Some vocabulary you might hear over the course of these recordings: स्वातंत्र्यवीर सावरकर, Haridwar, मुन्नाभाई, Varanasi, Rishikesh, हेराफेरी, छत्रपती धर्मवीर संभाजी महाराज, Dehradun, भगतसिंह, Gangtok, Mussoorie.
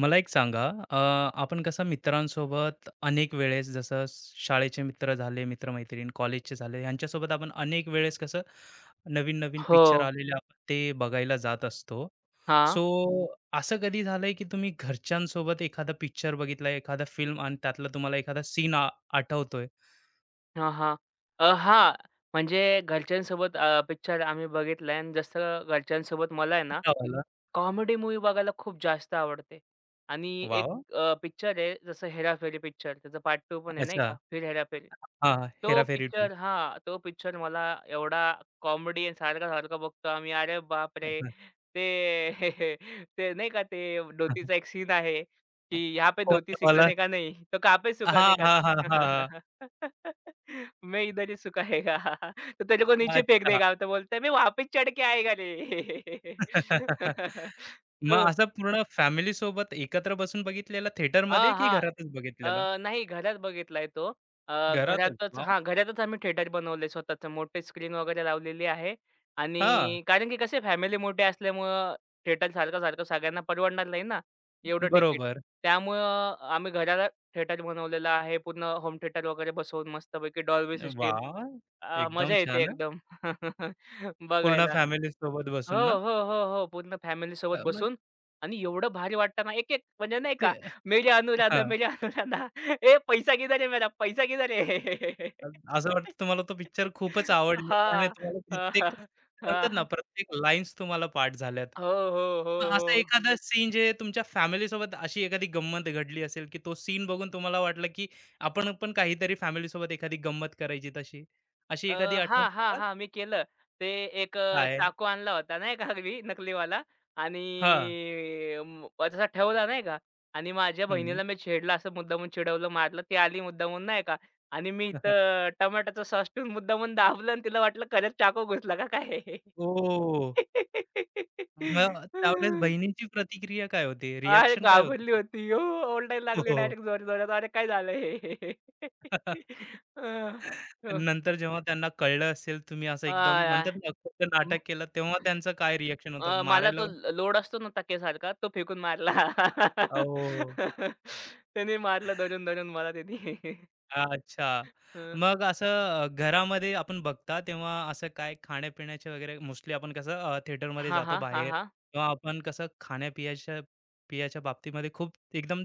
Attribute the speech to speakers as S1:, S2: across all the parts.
S1: मला एक सांगा. अ, आपण कसं मित्रांसोबत अनेक वेळेस जसं शाळेचे मित्र झाले मित्रमैत्रीण कॉलेजचे झाले यांच्यासोबत आपण अनेक वेळेस कसं नवीन नवीन
S2: हो.
S1: पिक्चर आलेले आपण ते बघायला जात असतो.
S2: हां.
S1: सो असं कधी झालंय की तुम्ही घरच्यांसोबत एखादा पिक्चर बघितला एखादा फिल्म आणि त्यातला तुम्हाला एखादा सीन आठवतोय?
S2: हां, हां. हां. म्हणजे घरच्यांसोबत पिक्चर आम्ही बघितलाय आणि जसं घरच्यांसोबत मला आहे ना,
S1: कोणता वाला?
S2: कॉमेडी मूव्ही बघायला खूप जास्त आवडते आणि एक
S1: वाव.
S2: पिक्चर आहे जसं हेराफेरी पिक्चर त्याचा पार्ट 2 पण आहे नाही
S1: अच्छा.
S2: का? फिर हेराफेरी.
S1: हा.
S2: तो
S1: हेराफेरी टू.
S2: पिक्चर हां, तो पिक्चर मला एवढा कॉमेडी सारखा-सारखा बघतो आम्ही. अरे बापरे! ते ते नाही का ते धोतीचा एक सीन आहे, की यहाँ पे धोती
S1: कोणता वाला?
S2: सिखाने का नहीं, तो कहाँ
S1: हा
S2: सुखाने का.
S1: हा हा. हा
S2: मैं इधर ही सुखाएगा. तो तेरे को
S1: हा.
S2: नीचे फेंक
S1: अच्छा.
S2: देगा तो बोलता है मैं वहाँ पे चढ़ के आएगा रे
S1: मग
S2: तो
S1: असं पूर्ण फॅमिलीसोबत एकत्र बसून बघितलेला
S2: हां,
S1: थिएटरमध्ये की
S2: हां.
S1: घरातच बघितलेला?
S2: नाही घरात बघितलाय तो.
S1: घरातच.
S2: घरातच
S1: वाह!
S2: हां, घरातच आम्ही थिएटर बनवलंय स्वतःचं. मोठे स्क्रीन वगैरे लावलेली आहे आणि
S1: हां,
S2: कारण की कसे फॅमिली मोठी असल्यामुळं थिएटर सारखं-सारखं सगळ्यांना परवडणार नाही ना, एवढं तिकीट.
S1: बरोबर.
S2: त्यामुळं आम्ही घराला थिएटर बनवलेलं आहे. पूर्ण होम थिएटर वगैरे बसवून मस्तपैकी डॉल्बी सिस्टम.
S1: वाह! एकदम
S2: मजा येते
S1: छान हां.
S2: एकदम
S1: पूर्ण
S2: बघायला.
S1: फॅमिलीसोबत
S2: हो,
S1: बसून ना?
S2: हो, हो, हो. पूर्ण फॅमिलीसोबत
S1: मग
S2: बसून आणि एवढं भारी वाटतं ना, एक-एक म्हणजे नाही का,
S1: ते
S2: मेरे अनुराधा,
S1: हां,
S2: मेरे अनुराधा, ए पैसा किधर है मेरा, पैसा किधर है?
S1: अ, असं वाटतं तुम्हाला तो पिक्चर खूपच आवडलेला आणि
S2: हां.
S1: तुम्हाला
S2: हां,
S1: प्रत्येक
S2: हां. हां.
S1: म्हणतात ना, प्रत्येक लाईन्स तुम्हाला पाठ झाल्यात.
S2: हो, हो, हो,
S1: मग असा
S2: हो.
S1: एखादा सीन जे तुमच्या फॅमिली सोबत अशी एखादी गंमत घडली असेल, की तो सीन बघून तुम्हाला वाटलं, की आपण पण काहीतरी फॅमिली सोबत एखादी गंमत करायची तशी. अशी
S2: अ,
S1: एखादी
S2: हां,
S1: आठवण
S2: हां,
S1: सांगाल?
S2: हां. मी केलं. ते एक
S1: काय?
S2: चाकू आणला होता नाही का मी नकलीवाला आणि
S1: हां.
S2: म तसा ठेवला नाही का आणि माझ्या
S1: हं.
S2: बहिणीला मी छेडलं असं मुद्दामून चिडवलं, मारलं. ती आली मुद्दामून नाही का आणि मी
S1: ओह!
S2: इथं टोमॅटोचा सॉस ठेवून मुद्दामून दाबलं आणि तिला वाटलं खरंच चाकू घुसला का काय?
S1: मग त्यावेळेस बहिणींची प्रतिक्रिया काय होती?
S2: अरे
S1: रिएक्शन काय
S2: घाबरली
S1: होती?
S2: होती. ओ ओरडायला लागली
S1: हो.
S2: डायरेक्ट जोरात-जोरात. "अरे काय झालं हे?" अ, हो.
S1: नंतर जेव्हा त्यांना कळलं असेल, तुम्ही असं
S2: अ,
S1: एकदम म्हणतात ना, खोटं नाटक केलं, तेव्हा त्यांचं काय रिएक्शन होतं?
S2: अ, मला तो
S1: मारायला?
S2: लोड असतो ना टकेसारखा तो फेकून मारला.
S1: ओह!
S2: त्याने मारला धरून-धरून मला त्यानी.
S1: अच्छा.
S2: हं.
S1: मग असं घरामध्ये आपण बघता तेव्हा असं काय खाण्यापिण्याचे वगैरे मोस्टली आपण कसं थिएटरमध्ये
S2: हां,
S1: जातो
S2: हां. हां,
S1: बाहेर
S2: हां.
S1: किंवा आपण कसं खाण्यापियाच्या पियाच्या बाबतीमध्ये खूप एकदम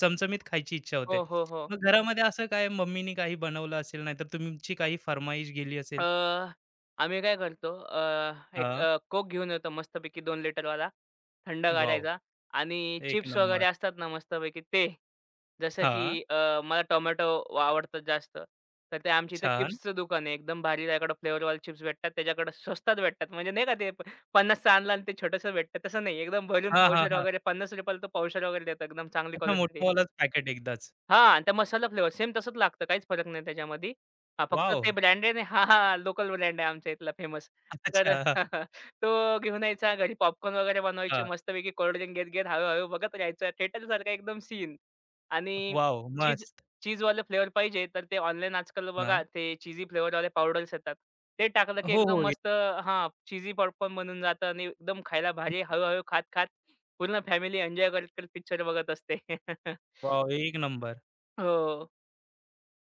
S1: चमचमीत खायची इच्छा होते.
S2: हो, हो, हो.
S1: मग घरामध्ये असं काय मम्मीनी काही बनवलं असेल, नाहीतर तुमची काही फर्माईश गेली असेल?
S2: अ, आम्ही काय करतो एक
S1: हां.
S2: कोक घेऊन येतो मस्तपैकी 2 लिटरवाला, थंड
S1: वॉव!
S2: गारायचा आणि
S1: एक
S2: चिप्स वगैरे
S1: नंबर.
S2: असतात ना मस्तपैकी ते. जसं की
S1: हां.
S2: अ, मला टोमॅटो आवडतात जास्त. तर ते आमच्या इथे
S1: छान.
S2: चिप्सचं दुकान आहे. एकदम भारी त्याच्याकडे फ्लेवरवाले चिप्स भेटतात. त्याच्याकडे स्वस्तात भेटतात. म्हणजे नाही का ते 50चं आणलं आणि ते छोटंसं भेटतं तसं नाही. एकदम भरून
S1: हां, हां,
S2: पावशेर
S1: हां.
S2: वगैरे ₹50 ला तो पावशेर वगैरे देतात. एकदम चांगली
S1: अच्छा
S2: क्वालिटी.
S1: मोठावालाच पॅकेट एकदाच.
S2: हां, आणि त्या मसाला फ्लेवर सेम तसंच लागतं. काहीच फरक नाही त्याच्यामध्ये. हां, फक्त ते
S1: वॉव!
S2: ब्रँडेड आहे हां, हां, लोकल ब्रँड आहे आमच्या इथला फेमस. तर
S1: अच्छा.
S2: तो घेऊन यायचा घरी पॉपकॉर्न वगैरे बनवायचे
S1: हां.
S2: मस्तपैकी कोल्ड ड्रिंक घेत-घेत हळू-हळू बघत राहायचं. थिएटरसारखा एकदम सीन. आणि
S1: वॉव!
S2: चीज
S1: मस्त.
S2: चीजवाले फ्लेवर पाहिजे तर ते ऑनलाईन आजकाल
S1: हां.
S2: बघा ते चीझी फ्लेवरवाले पावडर्स येतात. ते टाकलं की
S1: हो,
S2: एकदम
S1: हो.
S2: मस्त हां, चीझी पॉपकॉर्न बनून जातं आणि एकदम खायला भारी हळू खात-खात पूर्ण फॅमिली एन्जॉय करत-करत पिक्चर बघत असते.
S1: वॉव! एक नंबर.
S2: हो.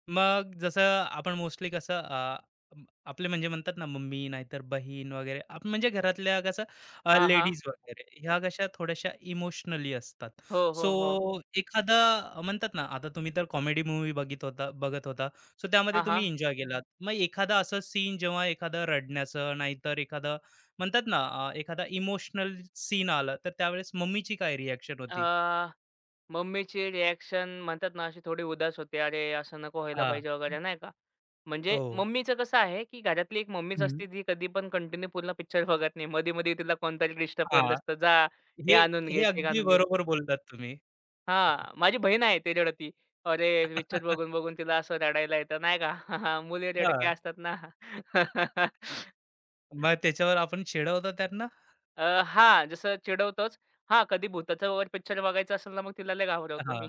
S1: मग जसं आपण मोस्टली कसं अं, आपले म्हणजे म्हणतात ना मम्मी नाहीतर बहीण वगैरे आप म्हणजे घरातल्या कसं
S2: हां, हां.
S1: लेडीज वगैरे ह्या कशा थोड्याशा इमोशनली असतात.
S2: हो,
S1: सो
S2: हो, हो.
S1: एखादा म्हणतात ना आता तुम्ही तर कॉमेडी मूव्ही बघित होता बघत होता. सो त्यामध्ये
S2: हां,
S1: तुम्ही
S2: हां.
S1: एन्जॉय केलात. मग एखादा असं सीन जेव्हा एखादं रडण्याचं नाहीतर एखादं म्हणतात ना एखादा इमोशनल सीन आला तर त्यावेळेस मम्मीची काय रिएक्शन होती?
S2: अ, मम्मीची रिएक्शन म्हणतात ना, अशी थोडी उदास होते. अरे, असं नको व्हायला
S1: हां.
S2: पाहिजे वगैरे नाही का. म्हणजे
S1: ओ.
S2: मम्मीचं कसं आहे, की घरातली एक मम्मीच
S1: हं.
S2: असते, ती कधी पण कंटिन्यू पूर्ण पिक्चर बघत नाही. मध्ये-मध्ये तिला कोणतरी डिस्टर्ब करत
S1: हां.
S2: असतं. जा हे
S1: हे.
S2: आणून
S1: हे
S2: घे, ते
S1: अगदी
S2: आणून घे.
S1: बरोबर बोललात तुम्ही.
S2: हां, माझी बहीण आहे ती रडती. अरे, पिक्चर बघून-बघून तिला असं रडायला येतं नाही का. मुली
S1: हां,
S2: रडक्या असतात ना.
S1: मग त्याच्यावर आपण चिडवतो त्यांना?
S2: हां, जसं चिडवतोच. हां, कधी भुताचा वगैरे पिक्चर बघायचा असेल ना, मग तिला लय घाबरवतो
S1: हां,
S2: मी.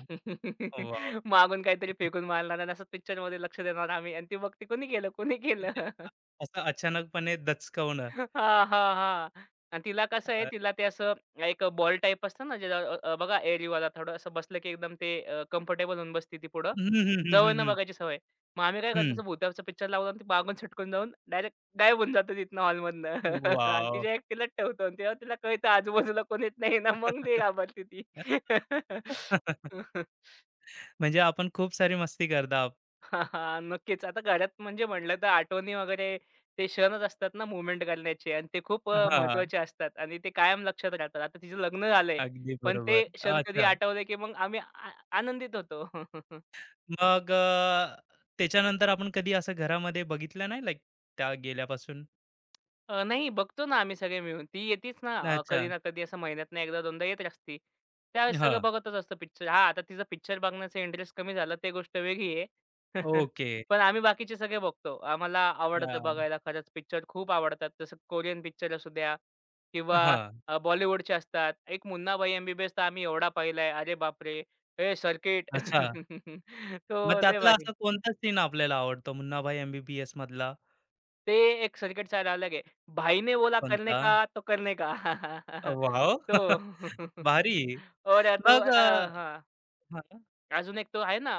S1: वॉव!
S2: मागून काहीतरी फेकून मारणार आणि असं पिक्चरमध्ये लक्ष देणार आम्ही आणि ती बघते, "कोणी केलं? कोणी
S1: म्हणजे
S2: केलं?"
S1: असं अचानकपणे दचकवणं.
S2: हां, हां, हां. आणि तिला कसं आहे,
S1: अ,
S2: तिला ते असं एक बॉल टाइप असतं ना, ज्याला अ, अ, बघा एअरीवाला थोडं असं बसलं की एकदम ते कम्फर्टेबल होऊन बसते ती पुढं.
S1: हं, हं,
S2: हां.
S1: हं, हं,
S2: जवळनं
S1: हं.
S2: बघायची सवय. मग आम्ही काय करतो,
S1: हं,
S2: असं भुतावरचा पिक्चर लावला आणि ती मागून सटकून जाऊन डायरेक्ट गायब होऊन जातो तिथनं हॉलमधनं. आणि
S1: वॉव!
S2: तिच्या एकटीलाच ठेवतो आणि तेव्हा तिला कळतं आजूबाजूला कोणीच नाही ना, मग ती घाबरते ती.
S1: म्हणजे आपण खूप सारी मस्ती करता.
S2: हां, हां. नक्कीच. आता घरात म्हणजे म्हटलं तर आठवणी वगैरे ते क्षणच असतात ना मूव्हमेंट करण्याचे आणि ते खूप
S1: हां,
S2: महत्त्वाचे असतात आणि ते कायम लक्षात राहतात. आता तिचं लग्न झालंय,
S1: अगदी
S2: पण
S1: बरोबर.
S2: ते क्षण कधी
S1: अच्छा,
S2: आठवले, की मग आम्ही आनंदित होतो.
S1: मग त्याच्यानंतर आपण कधी असं घरामध्ये बघितलं नाही लाइक त्या गेल्यापासून?
S2: नाही बघतो ना आम्ही सगळे मिळून. ती येतीच ना कधी
S1: अच्छा.
S2: ना कधी असं महिन्यातनं 1दा-2दा येत असती. त्यावेळेस
S1: हां,
S2: सगळं बघतच असतं पिक्चर. हां, आता तिचा पिक्चर बघण्याचा इंटरेस्ट कमी झाला ते गोष्ट वेगळी आहे.
S1: ओके.
S2: पण आम्ही बाकीचे सगळे बघतो. आम्हाला आवडतं
S1: हां,
S2: बघायला खरंच पिक्चर खूप आवडतात. जसं कोरियन पिक्चर असू द्या किंवा
S1: हां.
S2: बॉलिवूडचे असतात. एक मुन्नाभाई एम तर आम्ही एवढा पाहिलाय. अरे बापरे! ए सर्किट.
S1: अच्छा. मग
S2: तो लय
S1: त्यातला
S2: भारी.
S1: असा कोणता सीन आपल्याला आवडतो? मुन्नाभाई एम-बी-बी-एस मधला.
S2: ते एक सर्किट सारा अलग है। भाई ने बोला करने
S1: कोणता?
S2: का, तो करने का.
S1: वॉव!
S2: तो
S1: भारी.
S2: और या तो
S1: मग अ,
S2: हां.
S1: हां,
S2: अजून एक तो आहे ना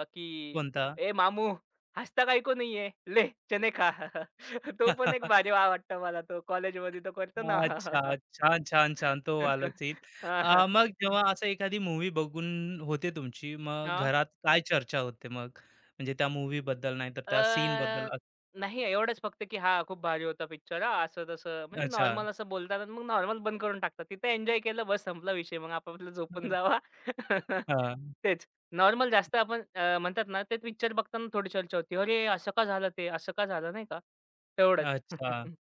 S2: की
S1: कोणता?
S2: "ए मामू हसता काही को नहीं है, ले चने खा." तो पण एक भारी वाटतो मला तो कॉलेजमध्ये तो करतो ना.
S1: अच्छा. छान, छान, छान. तो वाला सीन.
S2: हां, हां.
S1: मग जेव्हा असं एखादी मूव्ही बघून होते तुमची, मग घरात काय चर्चा होते मग? म्हणजे त्या मूव्हीबद्दल नाहीतर त्या
S2: अ,
S1: सीनबद्दल?
S2: नाही एवढंच फक्त की हां, खूप भारी होता पिक्चर हां, असं-तसं म्हणजे
S1: अच्छा.
S2: नॉर्मल असं बोलतात आणि मग नॉर्मल बंद करून टाकतात. तिथं एन्जॉय केलं बस संपला विषय. मग आपापलं झोपून
S1: हं,
S2: जावा. तेच. नॉर्मल जास्त आपण म्हणतात ना ते पिक्चर बघताना थोडी चर्चा होती. "अरे, असं का झालं ते? असं का झालं?" नाही का? तेवढंच.
S1: अच्छा.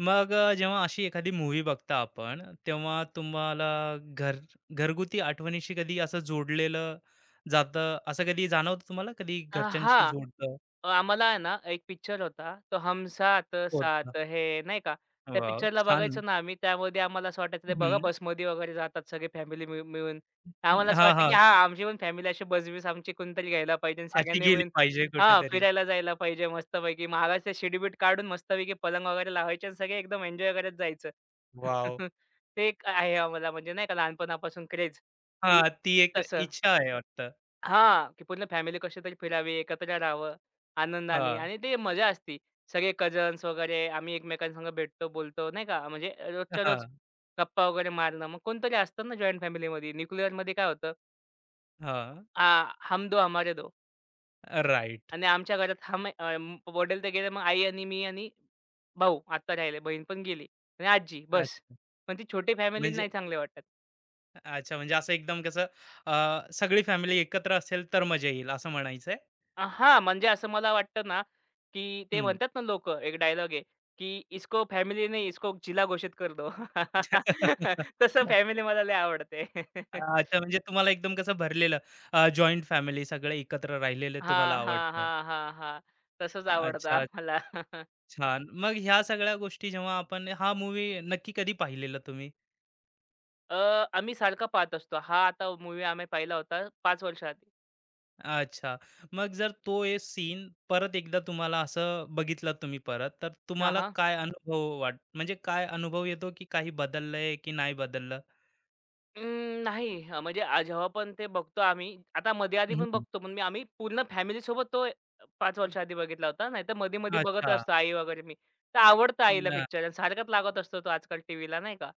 S1: मग जेव्हा अशी एखादी मूव्ही बघता आपण, तेव्हा तुम्हाला घर घरगुती आठवणीशी कधी असं जोडलेलं जातं, असं कधी जाणवतं तुम्हाला? कधी घरच्यांशी
S2: हां.
S1: जोडतं
S2: आम्हाला आहे ना, एक पिक्चर होता, तो हम साथ
S1: होतं?
S2: साथ है, नाही का? त्या
S1: वॉव!
S2: पिक्चरला बघायचो
S1: छान.
S2: ना आम्ही. त्यामध्ये आम्हाला असं वाटायचं, ते बघा
S1: हं.
S2: बसमध्ये वगैरे जातात सगळी फॅमिली मिळून. आम्हाला असं
S1: हां,
S2: वाटतं, की
S1: हां.
S2: हां, आमची पण फॅमिली अशी बस-बिस आमची कोणीतरी घ्यायला पाहिजे आणि
S1: अशी
S2: सगळ्यांनी
S1: गेली
S2: मिळून
S1: पाहिजे
S2: हां,
S1: कुठेतरी.
S2: फिरायला जायला पाहिजे मस्तपैकी. महागाचे शिडीबीट काढून मस्तपैकी पलंग वगैरे लावायचे आणि सगळे एकदम एन्जॉय करत जायचं.
S1: वॉव!
S2: ते एक आहे आम्हाला म्हणजे नाही का लहानपणापासून क्रेझ, की
S1: हां, ती एक
S2: तसं.
S1: इच्छा आहे वाटतं.
S2: हां, की पूर्ण फॅमिली कशीतरी फिरावी, एकत्र राहावं आनंदाने
S1: हां,
S2: आणि ते मजा असती. सगळे कझन्स वगैरे आम्ही एकमेकांसंग भेटतो, बोलतो नाही का. म्हणजे रोजच्या रोज
S1: हां,
S2: गप्पा वगैरे मारणं. मग कोणतरी असतं ना जॉइंट फॅमिलीमध्ये. न्यूक्लिअरमध्ये काय होतं,
S1: हां.
S2: आ, हम दो हमारे दो
S1: राइट.
S2: आणि आमच्या घरात हम वडील तर गेले, मग आई आणि मी आणि भाऊ आता राहिले, बहीण पण गेली आणि आजी बस.
S1: अच्छा.
S2: पण ती छोटी फॅमिली
S1: म्हणजे
S2: नाही चांगली वाटत.
S1: अच्छा, म्हणजे असं एकदम कसं अ, सगळी फॅमिली एकत्र असेल तर मजा येईल असं म्हणायचंय?
S2: हां, म्हणजे असं मला वाटतं ना, की ते
S1: हं.
S2: म्हणतात ना लोकं, एक डायलॉग आहे, की "इसको फॅमिली नहीं, इसको जिल्हा घोषित कर दो." तसं फॅमिली मला लय आवडते.
S1: अच्छा, म्हणजे तुम्हाला एकदम कसं भरलेलं जॉइंट फॅमिली सगळे एकत्र राहिलेले तुम्हाला
S2: हां, हां,
S1: आवडतं.
S2: हां, हां, हां. तसंच आवडतं
S1: अच्छा,
S2: आम्हाला.
S1: छान. मग ह्या सगळ्या गोष्टी जेव्हा आपण हा मूव्ही नक्की कधी पाहिलेला तुम्ही?
S2: अ, आम्ही सारखा पाहत असतो. हा आता मूव्ही आम्ही पाहिला होता 5 वर्षाआधी.
S1: अच्छा. मग जर तो ए सीन परत एकदा तुम्हाला असं बघितला तुम्ही परत, तर
S2: हां,
S1: तुम्हाला
S2: हां.
S1: काय अनुभव वाट म्हणजे काय अनुभव येतो की काही बदललंय की नाही बदललं?
S2: नाही म्हणजे जेव्हा पण ते बघतो आम्ही आता मध्ये आधी पण
S1: हं.
S2: बघतो पण मी आम्ही पूर्ण फॅमिली सोबत तो 5 वर्ष आधी बघितला होता. नाहीतर मध्ये-मध्ये बघत
S1: अच्छा.
S2: असतो आई वगैरे मी. तर आवडतं आईला पिक्चर सारखाच लागत असतो तो आजकाल टीव्हीला नाही का.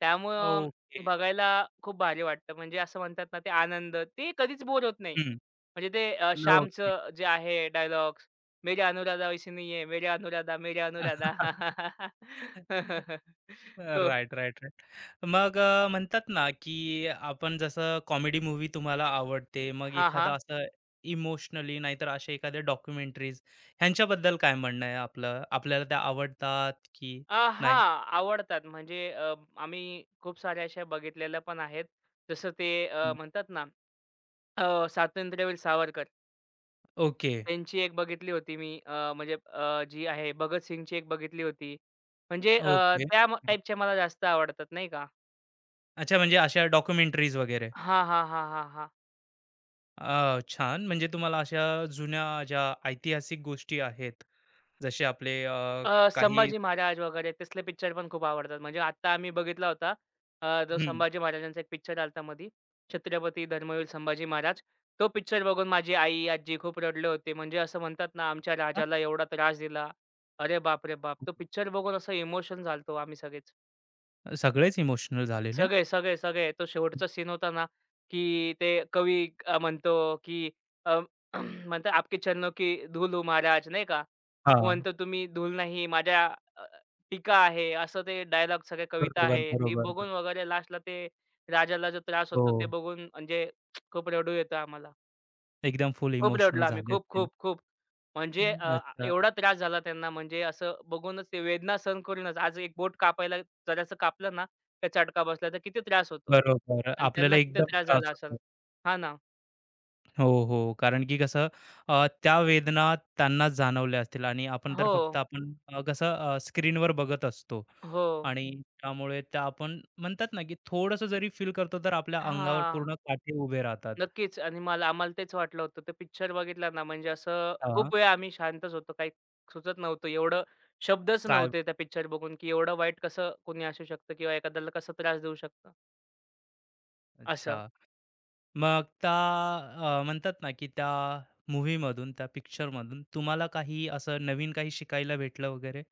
S2: त्यामुळं
S1: ओके.
S2: बघायला खूप भारी वाटतं. म्हणजे असं म्हणतात ना ते आनंद ते कधीच बोर होत नाही. म्हणजे ते
S1: ओके.
S2: श्यामचं जे आहे डायलॉग्स मेरी अनुराधा वैसी नहीं है, मेरी अनुराधा, मेरी अनुराधा. हो.
S1: Right, right, right. मग म्हणतात ना, की आपण जसं कॉमेडी मूव्ही तुम्हाला आवडते, मग
S2: हां,
S1: एखादा
S2: हां.
S1: असं इमोशनली नाहीतर अशा एखाद्या डॉक्युमेंटरीज ह्यांच्याबद्दल काय म्हणणं आहे आपलं? आपल्याला त्या आवडतात की नाही?
S2: हां, आवडतात. म्हणजे आम्ही खूप साऱ्या अशा बघितलेल्या पण आहेत. जसं ते म्हणतात ना स्वातंत्र्यवीर सावरकर
S1: ओके,
S2: त्यांची एक बघितली होती मी म्हणजे जी आहे भगतसिंगची एक बघितली होती. म्हणजे
S1: ओके.
S2: त्या टाईपच्या मला जास्त आवडतात नाही का.
S1: अच्छा म्हणजे अशा डॉक्युमेंटरीज वगैरे.
S2: हां, हां, हां, हां, हां.
S1: अ, छान. म्हणजे तुम्हाला अशा जुन्या ज्या ऐतिहासिक गोष्टी आहेत, जसे आपले काही
S2: संभाजी महाराज वगैरे तसले पिक्चर पण खूप आवडतात. म्हणजे आता आम्ही बघितला होता जो
S1: हं.
S2: संभाजी महाराजांचा एक पिक्चर आलता मधी. छत्रपती धर्मवीर संभाजी महाराज. तो पिक्चर बघून माझी आई, आजी खूप रडले होते. म्हणजे असं म्हणतात ना, आमच्या
S1: हां.
S2: राजाला एवढा त्रास दिला. अरे बाप रे बाप! तो पिक्चर बघून असं इमोशन झालतो आम्ही सगळेच.
S1: सगळेच इमोशनल झालेले?
S2: सगळे, सगळे, सगळे. तो
S1: हं.
S2: शेवटचा सीन होता ना, की ते कवी म्हणतो, की अ, म्हणतो, "आपके चरणों की धूल हो महाराज" नाही का? तो म्हणतो, "तुम्ही धूल नाही, माझ्या अ, टीका आहे." असं ते डायलॉग सगळ्या कविता
S1: बरोबर,
S2: आहे. ती
S1: बरोबर, बरोबर.
S2: बघून वगैरे लास्टला ते राजाला जो त्रास होतो, ते
S1: हो.
S2: बघून म्हणजे खूप रडू येतं आम्हाला.
S1: एकदम फुल
S2: खूप
S1: इमोशनल
S2: रडलो आम्ही.
S1: झाले
S2: खूप,
S1: असतील.
S2: खूप, खूप. म्हणजे अ, आ
S1: अच्छा.
S2: एवढा त्रास झाला त्यांना म्हणजे असं बघूनच ते वेदना सहन करूनच आज एक बोट कापायला जरासं कापलं ना, तर चटका बसला तर किती त्रास होतो
S1: बरोबर.
S2: आणि
S1: आपल्याला
S2: त्यांना किती
S1: एकदम
S2: त्रास झाला
S1: त्रास
S2: असेल.
S1: होतो.
S2: हां ना.
S1: हो, हो. कारण की कसं त्या वेदना त्यांनाच जाणवल्या असतील आणि आपण तर
S2: हो,
S1: फक्त आपण कसं स्क्रीनवर बघत असतो
S2: हो.
S1: आणि त्यामुळे त्या आपण म्हणतात ना, की थोडंसं जरी फील करतो, तर आपल्या अंगावर
S2: हां.
S1: पूर्ण काटे उभे राहतात.
S2: नक्कीच आणि मला आम्हाला तेच वाटलं होतं. तो पिक्चर बघितला ना म्हणजे असं
S1: हां.
S2: खूप वेळ आम्ही शांतच होतो. काही सुचत नव्हतं. एवढं शब्दच
S1: काय
S2: नव्हते त्या पिक्चर बघून, की एवढं वाईट कसं कोणी असू शकतं किंवा एखाद्याला कसं त्रास देऊ शकतं, असं.
S1: अच्छा. मग त्या म्हणतात ना, की त्या मूव्हीमधून, त्या पिक्चरमधून तुम्हाला काही असं नवीन काही शिकायला भेटलं वगैरे?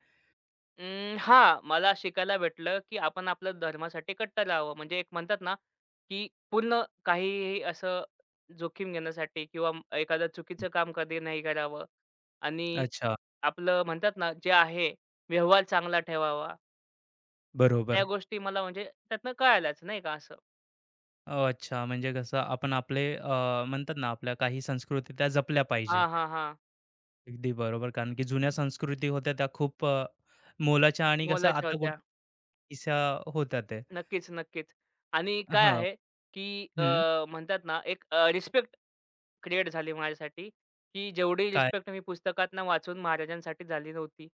S2: हां, मला शिकायला भेटलं, की आपण आपल्या धर्मासाठी कट्टर राहावं. म्हणजे एक म्हणतात ना, की पूर्ण काहीही असं जोखीम घेण्यासाठी किंवा एखादं चुकीचं काम कधी नाही करावं आणि
S1: अच्छा,
S2: आपलं म्हणतात ना, जे आहे व्यवहार चांगला ठेवावा. त्या
S1: बरोबर.
S2: गोष्टी मला म्हणजे त्यातनं कळाल्याच नाही का असं.
S1: अ, अच्छा, म्हणजे कसं आपण आपले म्हणतात ना, आपल्या काही संस्कृती त्या जपल्या पाहिजे.
S2: हां, हां, हां.
S1: अगदी बरोबर. कारण की जुन्या संस्कृती होत्या त्या खूप मोलाच्या आणि कसं
S2: मोलाच्या
S1: आता
S2: होत्या.
S1: कुठे दिशा होत्या ते.
S2: नक्कीच, नक्कीच. आणि काय
S1: हां.
S2: आहे, की
S1: हं.
S2: म्हणतात ना, एक रिस्पेक्ट क्रिएट झाली माझ्यासाठी, की जेवढी
S1: काय?
S2: रिस्पेक्ट मी पुस्तकातनं वाचून महाराजांसाठी झाली नव्हती.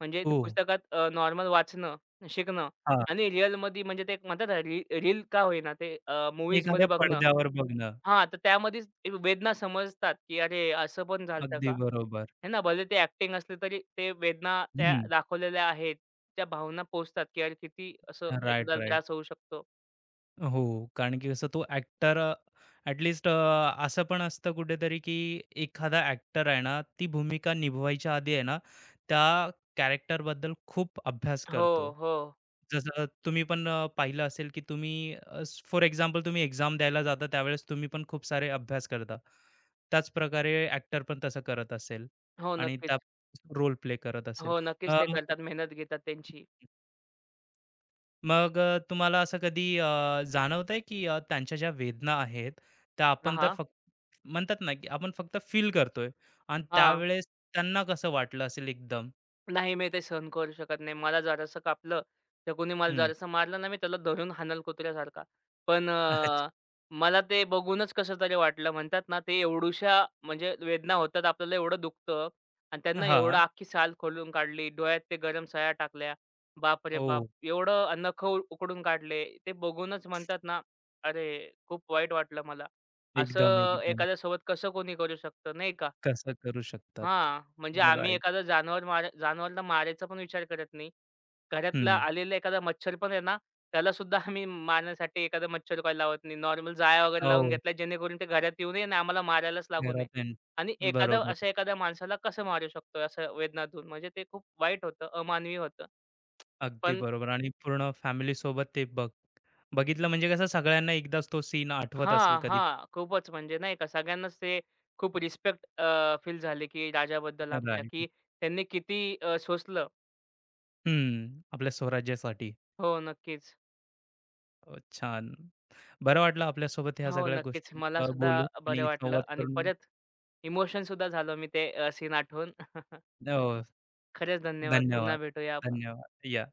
S2: म्हणजे ते
S1: हो.
S2: पुस्तकात नॉर्मल वाचणं, शिकणं
S1: हां.
S2: आणि रिअलमध्ये म्हणजे ते एक म्हणतात ना, रील का होईना ते मूव्हीजमध्ये
S1: एखाद्या
S2: बघणं.
S1: पडद्यावर बघणं.
S2: हां, तर त्यामध्येच एक वेदना समजतात, की अरे असं पण झालं का?
S1: अगदी बरोबर.
S2: हे ना, भले ते ॲक्टिंग असली तरी ते वेदना त्या
S1: हं.
S2: दाखवलेल्या आहेत. त्या भावना पोहोचतात, की अरे किती असं
S1: राइट,
S2: एखाद्याला
S1: राइट.
S2: त्रास होऊ शकतो.
S1: हो, कारण की कसं तो ॲक्टर ॲटलीस्ट असं पण असतं कुठेतरी की एखादा ॲक्टर आहे ना, ती भूमिका निभवायच्या आधी आहे ना, त्या कॅरेक्टरबद्दल खूप अभ्यास
S2: हो,
S1: करतो.
S2: हो.
S1: जसं तुम्ही पण पाहिलं असेल की तुम्ही फॉर एक्झाम्पल तुम्ही एक्झाम द्यायला जाता त्यावेळेस तुम्ही पण खूप सारे अभ्यास करता. त्याच प्रकारे ॲक्टर पण तसं करत असेल
S2: हो,
S1: आणि
S2: नक्कीच.
S1: त्या रोल प्ले करत असेल.
S2: हो, नक्कीच
S1: अ
S2: ते करतात. मेहनत घेतात त्यांची.
S1: मग तुम्हाला असं कधी जाणवतंय की त्यांच्या ज्या वेदना आहेत त्या आपण तर
S2: हां,
S1: फक्त म्हणतात ना की आपण फक्त फील करतोय आणि
S2: हां.
S1: त्यावेळेस त्यांना कसं वाटलं असेल एकदम
S2: नाही मी ते सहन करू शकत नाही. मला जरासं कापलं, तर कोणी मला
S1: हम्म.
S2: जरासं मारलं ना, मी त्याला धरून हाणल कुत्र्यासारखा. पण
S1: अच्छा.
S2: मला ते बघूनच कसंतरी वाटलं. म्हणतात ना, ते एवढुशा म्हणजे वेदना होतात, आपल्याला एवढं दुखतं आणि त्यांना
S1: हा.
S2: एवढं अख्खी साल खोलून काढली. डोळ्यात ते गरम सळ्या टाकल्या. बापरे
S1: ओ.
S2: बाप! एवढं नखं उखडून काढले. ते बघूनच म्हणतात ना, अरे खूप वाईट वाटलं मला.
S1: एकदम
S2: असं
S1: एकदम
S2: एखाद्यासोबत कसं कोणी करू शकतं, नाही का?
S1: कसं करू शकतात.
S2: हां, म्हणजे आम्ही
S1: राईट.
S2: एखादं जनावर मारा जनावरला मारायचा पण विचार करत नाही. घरातला
S1: हम्म.
S2: आलेला एखादा मच्छर पण आहे ना, त्यालासुद्धा आम्ही मारण्यासाठी एखादा मच्छर कॉईल लावत नाही. नॉर्मल जाळ्या वगैरे लावून
S1: हो.
S2: घेतला, जेणेकरून ते घरात येऊ नये आणि आम्हाला मारायलाच लागू नये.
S1: घरात आहे.
S2: आणि एखादा
S1: बरोबर.
S2: अशा एखाद्या माणसाला कसं मारू शकतो असं वेदनातून, म्हणजे ते खूप वाईट होतं, अमानवी होतं.
S1: अगदी
S2: पण
S1: बरोबर आणि पूर्ण फॅमिली सोबत ते बघ बघितलं म्हणजे कसं सगळ्यांना एकदाच तो सीन आठवत असेल
S2: हां,
S1: कधी.
S2: हां, खूपच म्हणजे नाही का सगळ्यांनाच ते खूप रिस्पेक्ट फील झाली की राजाबद्दल आमच्या,
S1: राईट.
S2: की त्यांनी किती सोसलं.
S1: हम्म. आपल्या स्वराज्यासाठी.
S2: हो, नक्कीच.
S1: अ, छान. बरं वाटलं आपल्यासोबत ह्या
S2: हो,
S1: सगळ्या
S2: नक्कीच.
S1: गोष्टी
S2: मला सुद्धा
S1: बोलून
S2: बरं
S1: आणि
S2: वाटलं
S1: संवाद
S2: आणि
S1: करून.
S2: परत इमोशन सुद्धा झालो मी ते सीन आठवून.
S1: हो,
S2: खरंच धन्यवाद.
S1: धन्यवाद.
S2: पुन्हा भेटूया आपण.
S1: धन्यवाद. या.